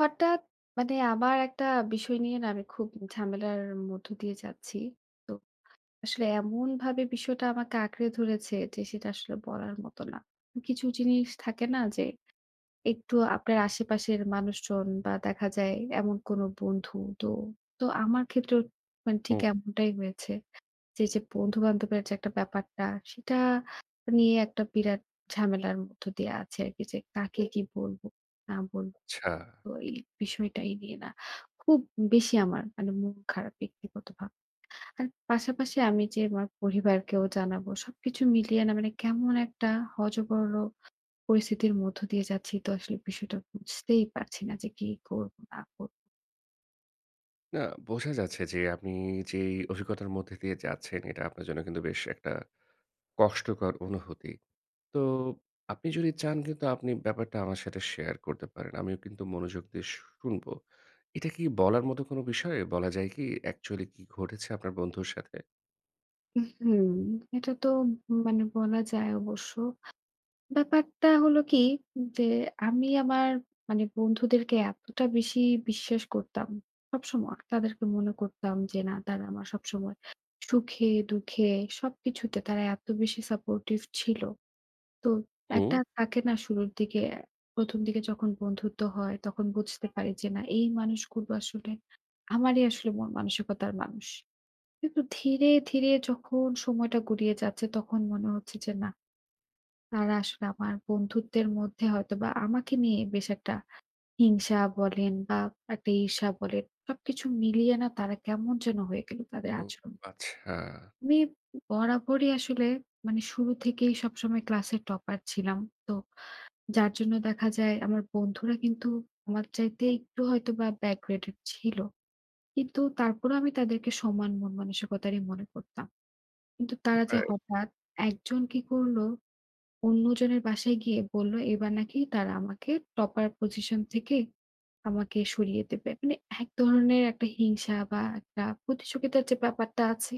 হঠাৎ মানে আমার একটা বিষয় নিয়ে না আমি খুব ঝামেলার মধ্য দিয়ে যাচ্ছি। তো আসলে এমনভাবে বিষয়টা আমাকে আঁকড়ে ধরেছে যে সেটা আসলে বলার মতো না। কিছু জিনিস থাকে না যে একটু আপনার আশেপাশের মানুষজন বা দেখা যায় এমন কোনো বন্ধু তো, তো আমার ক্ষেত্রেও মানে ও ঠিক এমনটাই হয়েছে। যে বন্ধু-বান্ধবের যে একটা ব্যাপারটা সেটা নিয়ে একটা বিরাট ঝামেলার মধ্য দিয়ে আছে আরকি যে কাকে কি বলবো না বলবো। আচ্ছা। তো এই বিষয়টাই নিয়ে না খুব বেশি আমার মানে মন খারাপ ব্যক্তিগতভাবে। আর পাশাপাশি আমি যে আমার পরিবারকেও জানাবো সবকিছু মিলিয়ে না মানে কেমন একটা হযবরল পরিস্থিতির মধ্য দিয়ে যাচ্ছি, তো আসলে বিষয়টা বুঝতেই পারছি না যে কি করব না করব। না বোঝা যাচ্ছে যে আপনি যেই অভিজ্ঞতার মধ্যে দিয়ে যাচ্ছেন এটা আপনার জন্য কিন্তু বেশ একটা কষ্টকর অনুভূতি। তো আপনি যদি চান কিন্তু আপনি ব্যাপারটা আমার সাথে শেয়ার করতে পারেন। আমিও কিন্তু মনোযোগ দিয়ে শুনবো। এটা কি বলার মতো কোনো বিষয়? বলা যায় কি অ্যাকচুয়ালি কি ঘটেছে আপনার বন্ধুর সাথে? হুম, এটা তো মানে বলা যায় অবশ্য ব্যাপারটা হলো কি যে আমি আমার মানে বন্ধুদেরকে এতটা বেশি বিশ্বাস করতাম। সবসময় তাদেরকে মনে করতাম যে না, তারা আমার সবসময় সুখে দুঃখে সবকিছুতে তারা এত বেশি সাপোর্টিভ ছিল। তো হুম। একটা থাকে না শুরুর দিকে, ১ম দিকে যখন বন্ধুত্ব হয় তখন বুঝতে পারি যে না এই মানুষগুলো আসলে আমারই আসলে মন মানসিকতার মানুষ। কিন্তু ধীরে, ধীরে যখন সময়টা গড়িয়ে যাচ্ছে তখন মনে হচ্ছে যে না, তারা আসলে আমার বন্ধুত্বের মধ্যে হয়তোবা আমাকে নিয়ে বেশ একটা হিংসা বলেন বা একটা ঈর্ষা বলেন, সবকিছু মিলিয়ে না তারা কেমন যেন হয়ে গেল তাদের ও আচরণ। আচ্ছা। আমি বরাবরই আসলে মানে শুরু থেকেই সবসময় ক্লাসের টপার ছিলাম। তো যার জন্য দেখা যায় আমার বন্ধুরা কিন্তু আমার চাইতে একটু হয়তোবা ব্যাকগ্রেডেড ছিল। কিন্তু তারপরেও আমি তাদেরকে সমান মন মানসিকতারই মনে করতাম। কিন্তু তারা যে রাইট। হঠাৎ একজন কি করলো, অন্যজনের বাসায় গিয়ে বলল এবার নাকি তারা আমাকে টপার পজিশন থেকে আমাকে সরিয়ে দেবে। মানে এক ধরনের একটা হিংসা বা একটা প্রতিযোগিতার যে ব্যাপারটা আছে,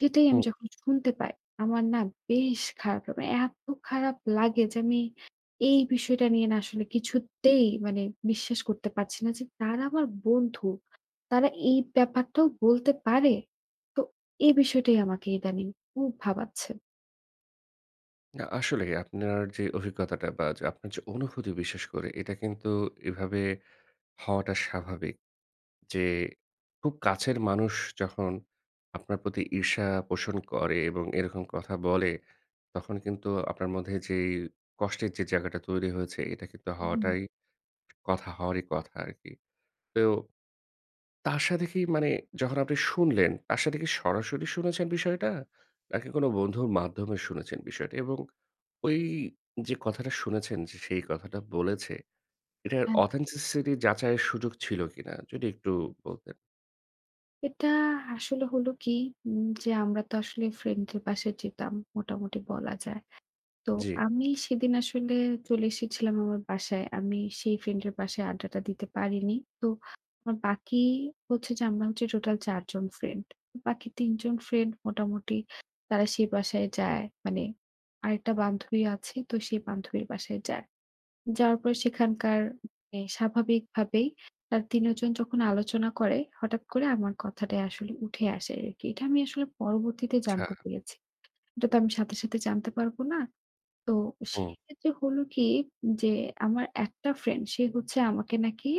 সেটাই আমি হুম। যখন শুনতে পাই, আমার না বেশ খারাপ লাগে। মানে এত খারাপ লাগে যে আমি এই বিষয়টা নিয়ে না আসলে কিছুতেই মানে বিশ্বাস করতে পারছি না যে তারা আমার বন্ধু। তারা এই ব্যাপারটাও বলতে পারে। তো এই বিষয়টাই আমাকে ইদানিং খুব ভাবাচ্ছে। না আসলেই আপনার যে অভিজ্ঞতাটা বা যে আপনার যে অনুভূতি বিশেষ করে এটা কিন্তু এভাবে হওয়াটা স্বাভাবিক। যে খুব কাছের মানুষ যখন আপনার প্রতি ঈর্ষা পোষণ করে এবং এরকম কথা বলে, তখন কিন্তু আপনার মধ্যে যেই কষ্টের যে জায়গাটা তৈরি হয়েছে, এটা কিন্তু হুম। হওয়াটাই কথা হওয়ারই কথা আরকি। তো তার সাথে কি মানে যখন আপনি শুনলেন, তার সাথে কি সরাসরি শুনেছেন বিষয়টা? নাকি কোনো বন্ধুর মাধ্যমে শুনেছেন বিষয়টা? এবং ওই যে কথাটা শুনেছেন যে সেই কথাটা বলেছে, এটার authenticity যাচাইয়ের সুযোগ ছিল কিনা? যদি একটু বলতেন। এটা আসলে হলো কি যে আমরা তো আসলে ফ্রেন্ডদের বাসায় যেতাম মোটামুটি বলা যায়। তো জি, আমি সেদিন আসলে চলে এসেছিলাম আমার বাসায়। আমি সেই ফ্রেন্ডের বাসায় আড্ডাটা দিতে পারিনি। তো আমার বাকি হচ্ছে যে আমরা হচ্ছে টোটাল ৪ জন ফ্রেন্ড। বাকি ৩ জন ফ্রেন্ড মোটামুটি তারা সেই বাসায় যায়। মানে আরেকটা বান্ধবী আছে তো সেই বান্ধবীর বাসায় যায়। যাওয়ার পরে সেখানকার মানে স্বাভাবিকভাবেই তার ৩ জন যখন আলোচনা করে, হঠাৎ করে আমার কথাটাই আসলে উঠে আসে আরকি। এটা আমি আসলে পরবর্তীতে আচ্ছা। জানতে পেরেছি। এটা তো আমি সাথে, সাথে জানতে পারব না। তো হুম। সেক্ষেত্রে হলো কি, যে আমার একটা ফ্রেন্ড সে হচ্ছে আমাকে নাকি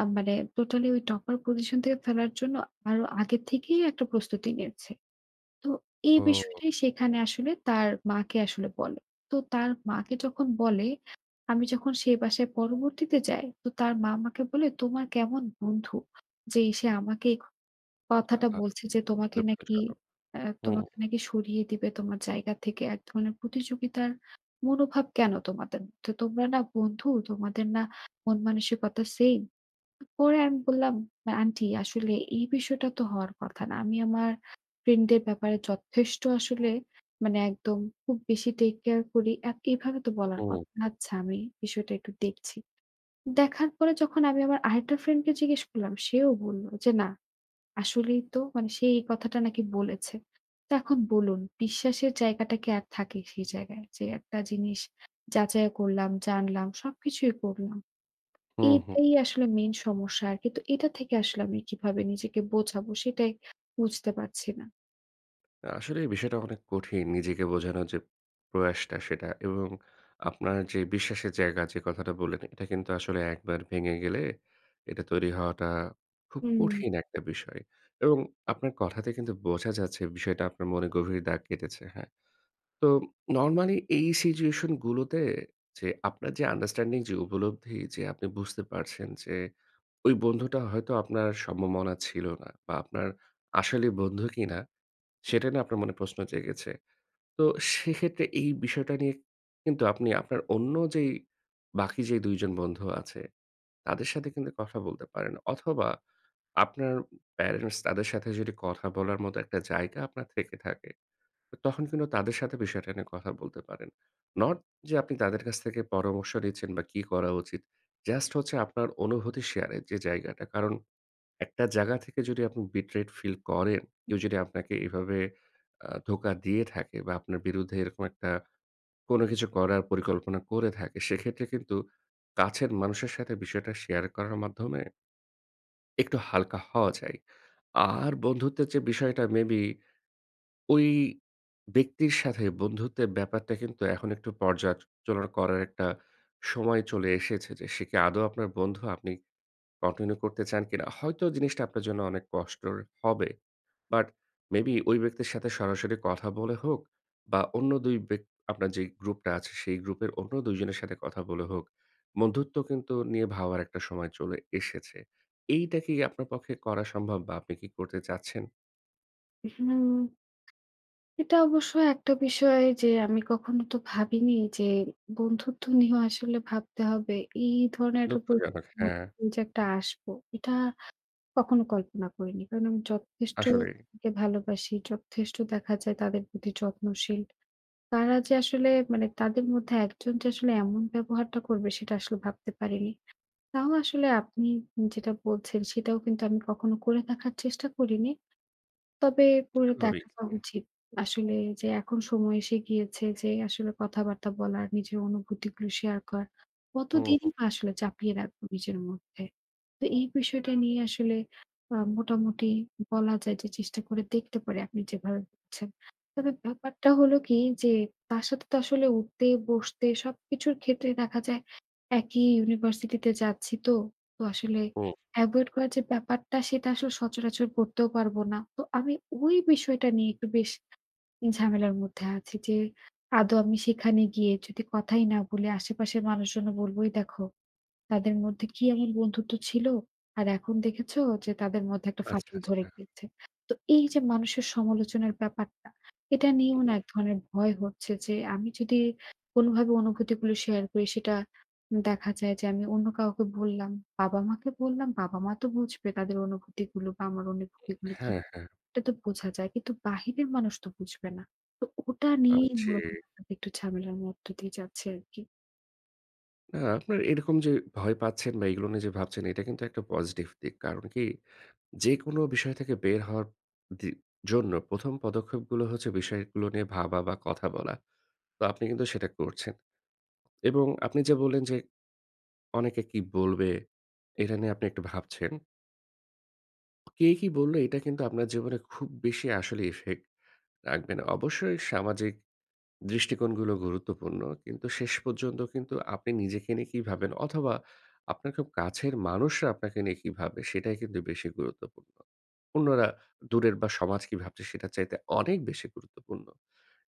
মানে টোটালি ওই টপার পজিশন থেকে ফেলার জন্য আরো আগে থেকেই একটা প্রস্তুতি নিয়েছে। তো এই ও বিষয়টাই সেখানে আসলে তার মাকে আসলে বলে। তো তার মাকে যখন বলে, আমি যখন সেই বাসায় পরবর্তীতে যাই, তো তার মা আমাকে বলে, "তোমার কেমন বন্ধু? যে সে আমাকে এই কথাটা আ বলছে যে দুঃখজনক। আ হুম, তোমাকে নাকি সরিয়ে দিবে তোমার জায়গা থেকে। এক ধরনের প্রতিযোগিতার মনোভাব কেন তোমাদের মধ্যে? তোমরা না বন্ধু? তোমাদের না মন মানসিকতা সেইম?" পরে আমি বললাম, "আন্টি আসলে এই বিষয়টা তো হওয়ার কথা না। আমি আমার ফ্রেন্ডদের ব্যাপারে যথেষ্ট আসলে মানে একদম খুব বেশি টেক কেয়ার করি। এত এভাবে তো বলার হুম, কথা না। আচ্ছা, আমি বিষয়টা একটু দেখছি।" দেখার পরে যখন আমি আমার আরেকটা ফ্রেন্ডকে জিজ্ঞেস করলাম, সেও বলল যে, "না, আসলেই তো মানে সে এই কথাটা নাকি বলেছে।" তো এখন বলুন, বিশ্বাসের জায়গাটা কি আর থাকে সেই জায়গায়? যে একটা জিনিস যাচাইও করলাম, জানলাম, সবকিছুই করলাম। হুম, হুম। এটাই আসলে মেইন সমস্যা আরকি। তো এটা থেকে আসলে আমি কিভাবে নিজেকে বোঝাবো সেটাই বুঝতে পারছি না। আসলে এই বিষয়টা অনেক কঠিন। নিজেকে বোঝানোর যে প্রয়াসটা সেটা এবং আপনার যে বিশ্বাসের জায়গা যে কথাটা বললেন এটা কিন্তু আসলে একবার ভেঙে গেলে এটা তৈরি হওয়াটা খুব হুম। কঠিন একটা বিষয়। এবং আপনার কথাতে কিন্তু বোঝা যাচ্ছে বিষয়টা আপনার মনে গভীর দাগ কেটেছে, হ্যাঁ? তো নরমালি এই সিচুয়েশন গুলোতে যে আপনার যে আন্ডারস্ট্যান্ডিং যে উপলব্ধি যে আপনি বুঝতে পারছেন যে ওই বন্ধুটা হয়তো আপনার সমমনা ছিল না বা আপনার আসলে বন্ধু কিনা সেটা নিয়ে আপনার মনে প্রশ্ন জেগেছে। তো সেক্ষেত্রে এই বিষয়টা নিয়ে কিন্তু আপনি আপনার অন্য যেই বাকি যে ২ জন বন্ধু আছে তাদের সাথে কিন্তু কথা বলতে পারেন। অথবা আপনার প্যারেন্টস তাদের সাথে যদি কথা বলার মতো একটা জায়গা আপনার থেকে থাকে, তো তখন কিন্তু তাদের সাথে বিষয়টা নিয়ে কথা বলতে পারেন। নট যে আপনি তাদের কাছ থেকে পরামর্শ নিচ্ছেন বা কি করা উচিত। জাস্ট হচ্ছে আপনার অনুভূতি শেয়ারের যে জায়গাটা। কারণ একটা জায়গা থেকে যদি আপনি বিটরেট ফিল করেন, কেউ যদি আপনাকে এভাবে ধোঁকা দিয়ে থাকে বা আপনার বিরুদ্ধে এরকম একটা কোনো কিছু করার পরিকল্পনা করে থাকে, সেক্ষেত্রে কিন্তু কাছের মানুষের সাথে বিষয়টা শেয়ার করার মাধ্যমে একটু হালকা হওয়া যায়। আর বন্ধুত্বের যে বিষয়টা মেবি ওই ব্যক্তির সাথে বন্ধুত্বের ব্যাপারটা কিন্তু এখন একটু পর্যালোচনা করার একটা সময় চলে এসেছে যে, সে কি আদৌ আপনার বন্ধু? আপনি কন্টিনিউ করতে চান কিনা? হয়তো জিনিসটা আপনার জন্য অনেক কষ্টের হবে। বাট মেবি ওই ব্যক্তির সাথে সরাসরি কথা বলে হোক বা অন্য ২ আপনার যে গ্রুপটা আছে সেই গ্রুপের অন্য ২ জনের সাথে কথা বলে হোক, বন্ধুত্ব কিন্তু নিয়ে ভাবার একটা সময় চলে এসেছে। এইটা কি আপনার পক্ষে করা সম্ভব বা আপনি কি করতে চাচ্ছেন? হুম, এটা অবশ্য একটা বিষয় যে আমি কখনো তো ভাবিনি যে বন্ধুত্ব নিয়েও আসলে ভাবতে হবে। এই ধরনের একটা দুঃখজনক, পরিস্থিতির হ্যাঁ, মধ্যে দিয়ে যে একটা আসবো, এটা কখনো কল্পনা করিনি। কারণ আমি যথেষ্ট আসলেই। তাদেরকে ভালোবাসি, যথেষ্ট দেখা যায় তাদের প্রতি যত্নশীল। তারা যে আসলে মানে তাদের মধ্যে একজন যে আসলে এমন ব্যবহারটা করবে সেটা আসলে ভাবতে পারিনি। তাও আসলে আপনি যেটা বলছেন সেটাও কিন্তু আমি কখনো করে দেখার চেষ্টা করিনি। তবে করে স্বাভাবিক দেখাটা জি। উচিত। আসলে যে এখন সময় এসে গিয়েছে যে আসলে কথাবার্তা বলার, নিজের অনুভূতিগুলো শেয়ার করার। হুম, কতদিনই হুম, বা আসলে চাপিয়ে রাখবো নিজের মধ্যে। তো এই বিষয়টা নিয়ে আসলে মোটামুটি বলা যায় যে চেষ্টা করে দেখতে পারি আপনি যেভাবে বলছেন। তবে ব্যাপারটা হলো কি, যে তার সাথে তো আসলে উঠতে, বসতে সবকিছুর ক্ষেত্রে দেখা যায় একই ইউনিভার্সিটিতে যাচ্ছি তো। তো আসলে হুম। এভয়েড করার যে ব্যাপারটা, সেটা আসলে সচরাচর করতেও পারবো না। তো আমি ওই বিষয়টা নিয়ে একটু বেশ ঝামেলার মধ্যে আছি যে, আদৌ আমি সেখানে গিয়ে যদি কথাই না বলি, আশেপাশের মানুষজনও বলবই, দেখো তাদের মধ্যে কি এমন বন্ধুত্ব ছিল? আর এখন দেখেছো যে তাদের মধ্যে একটা আচ্ছা, ফাটল ধরে আচ্ছা। গিয়েছে। তো এই যে মানুষের সমালোচনার ব্যাপারটা, এটা নিয়েও হুম, না হুম। এক ধরনের ভয় হচ্ছে যে আমি যদি কোনোভাবে অনুভূতিগুলো শেয়ার করি, সেটা দেখা যায় যে আমি অন্য কাউকে বললাম, বাবা-মাকে বললাম, বাবা-মা তো বুঝবে তাদের অনুভূতিগুলো বা আমার অনুভূতিগুলো কি, হ্যাঁ, হ্যাঁ। এটা তো বোঝা যায়। কিন্তু বাহিরের মানুষ তো বুঝবে না। তো ওটা আ নিয়েই জি। মূলত একটু ঝামেলার মধ্য দিয়ে যাচ্ছে আরকি। না আপনার এরকম যে ভয় পাচ্ছেন বা এগুলো নিয়ে যে ভাবছেন এটা কিন্তু একটা পজিটিভ দিক। কারণ কি যেকোনো বিষয় থেকে বের হওয়ার দি জন্য ১ম পদক্ষেপগুলো হচ্ছে বিষয়গুলো নিয়ে ভাবা বা কথা বলা। তো আপনি কিন্তু সেটা করছেন এবং আপনি যে বললেন যে, অনেকে কি বলবে? এটা নিয়ে আপনি একটু ভাবছেন। কে কি বলল এটা কিন্তু আপনার জীবনে খুব বেশি আসলে ইফেক্ট রাখবে না। অবশ্যই সামাজিক দৃষ্টিকোণগুলো গুরুত্বপূর্ণ। কিন্তু শেষ পর্যন্ত কিন্তু আপনি নিজেকে নিয়ে কি ভাবেন অথবা আপনার খুব কাছের মানুষরা আপনাকে নিয়ে কি ভাবে সেটাই কিন্তু বেশি গুরুত্বপূর্ণ। অন্যরা দূরের বা সমাজ কি ভাবছে সেটার চাইতে অনেক বেশি গুরুত্বপূর্ণ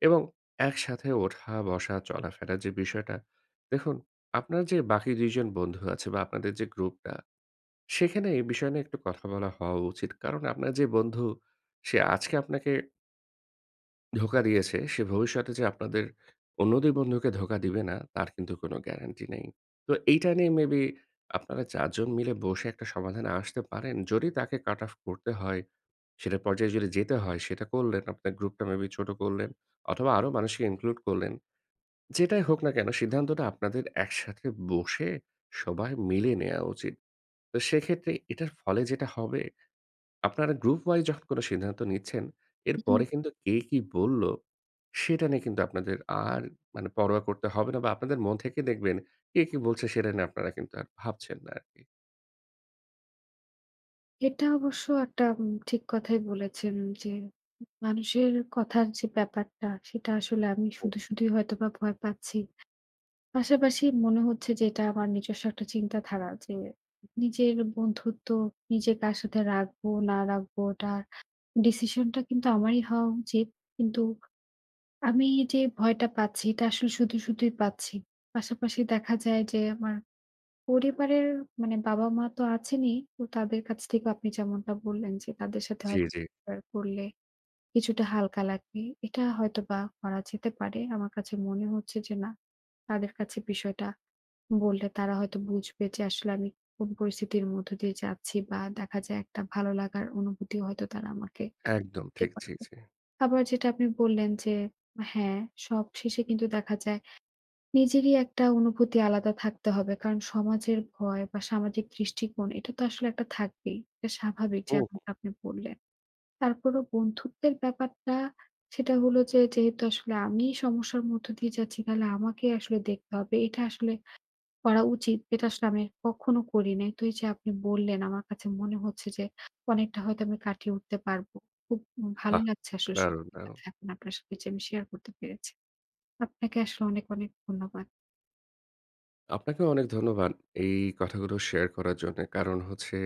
এবং একসাথে ওঠা, বসা, চলাফেরার যে বিষয়টা দেখুন আপনার যে বাকি ২ জন বন্ধু আছে বা আপনাদের যে গ্রুপটা সেখানে এই বিষয় নিয়ে একটু কথা বলা হওয়া উচিত। কারণ আপনার যে বন্ধু সে আজকে আপনাকে ধোঁকা দিয়েছে, সে ভবিষ্যতে যে আপনাদের অন্য ২ বন্ধুকে ধোঁকা দিবে না, তার কিন্তু কোনো গ্যারান্টি নেই। তো এইটা নিয়ে মেবি আপনারা ৪ জন মিলে বসে একটা সমাধানে আসতে পারেন। যদি তাকে কাট অফ করতে হয়, সেটা পর্যায়ে যদি যেতে হয়, সেটা করলেন। আপনার গ্রুপটা মেবি ছোট করলেন অথবা আরো মানুষকে ইনক্লুড করলেন। যেটাই হোক না কেন সিদ্ধান্তটা আপনাদের একসাথে বসে সবাই মিলে নেয়া উচিত। তো সেক্ষেত্রে এটার ফলে যেটা হবে আপনারা গ্রুপ ওয়াইজ যখন কোনো সিদ্ধান্ত নিচ্ছেন, এরপরে কিন্তু কে কি বলল, সেটা নিয়ে কিন্তু আপনাদের আর মানে পরোয়া করতে হবে না বা আপনাদের মন থেকে দেখবেন কে কি বলছে সেটা নিয়ে আপনারা কিন্তু আর ভাবছেন না আরকি। এটা অবশ্য একটা ঠিক কথাই বলেছেন যে, মানুষের কথার যে ব্যাপারটা, সেটা আসলে আমি হুম। শুধু, শুধুই হয়তোবা ভয় পাচ্ছি। পাশাপাশি মনে হচ্ছে যে এটা আমার নিজস্ব একটা চিন্তাধারা, যে নিজের বন্ধুত্ব নিজে কার সাথে রাখবো না রাখবো ওটার ডিসিশনটা কিন্তু আমারই হওয়া উচিত। কিন্তু আমি যে ভয়টা পাচ্ছি এটা আসলে শুধু, শুধুই পাচ্ছি। পাশাপাশি দেখা যায় যে আমার পরিবারের মানে বাবা-মা তো আছেনই। তো তাদের কাছ থেকেও আপনি যেমনটা বললেন যে তাদের সাথে জি, হয়তো জি। শেয়ার করলে কিছুটা হালকা লাগবে। এটা হয়তোবা করা যেতে পারে। আমার কাছে মনে হচ্ছে যে না, তাদের কাছে বিষয়টা বললে তারা হয়তো বুঝবে যে আসলে আমি কোন পরিস্থিতির মধ্য দিয়ে যাচ্ছি, বা দেখা যায় একটা ভালো লাগার অনুভূতিও হয়তো তারা আমাকে একদম দিতে ঠিক। জি, পারবে। জি। আবার যেটা আপনি বললেন যে হ্যাঁ, সবশেষে কিন্তু দেখা যায় নিজেরই একটা অনুভূতি আলাদা থাকতে হবে। কারণ সমাজের ভয় বা সামাজিক দৃষ্টিকোণ, এটা তো আসলে একটা থাকবেই। এটা স্বাভাবিক, হুম, হুম। যেমনটা আপনি বললেন। তারপরেও বন্ধুত্বের ব্যাপারটা, সেটা হলো যে যেহেতু আসলে আমি সমস্যার মধ্য দিয়ে যাচ্ছি, তাহলে আমাকে আসলে দেখতে হবে। এটা আসলে করা উচিত। এটা আসলে আমি কখনো করি নাই। তো এই যে আপনি বললেন, আমার কাছে মনে হচ্ছে যে অনেকটা হয়তো আমি কাটিয়ে উঠতে পারবো। খুব ভালো আহ! লাগছে আসলে, দারুণ, সত্যি দারুণ। কথা, এখন আপনার সাথে যে আমি শেয়ার করতে পেরেছি। আপনাকে আসলে অনেক, অনেক ধন্যবাদ। আপনাকেও অনেক ধন্যবাদ এই কথাগুলো শেয়ার করার জন্যে। কারণ হচ্ছে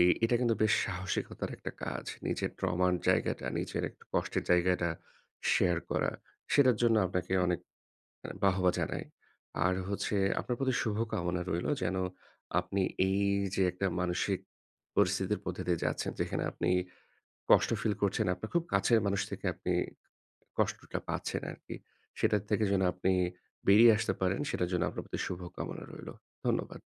এটা কিন্তু বেশ সাহসিকতার একটা কাজ। নিজের ট্রমার জায়গাটা, নিজের একটু কষ্টের জায়গাটা শেয়ার করা। সেটার জন্য আপনাকে অনেক বাহবা জানাই। আর হচ্ছে আপনার প্রতি শুভকামনা রইলো যেন আপনি এই যে একটা মানসিক পরিস্থিতির মধ্যে দিয়ে যাচ্ছেন, যেখানে আপনি কষ্ট ফিল করছেন, আপনার খুব কাছের মানুষ থেকে আপনি কষ্টটা পাচ্ছেন আরকি। সেটার থেকে যেন আপনি বেরিয়ে আসতে পারেন, সেটার জন্য আপনার প্রতি শুভকামনা রইলো। ধন্যবাদ।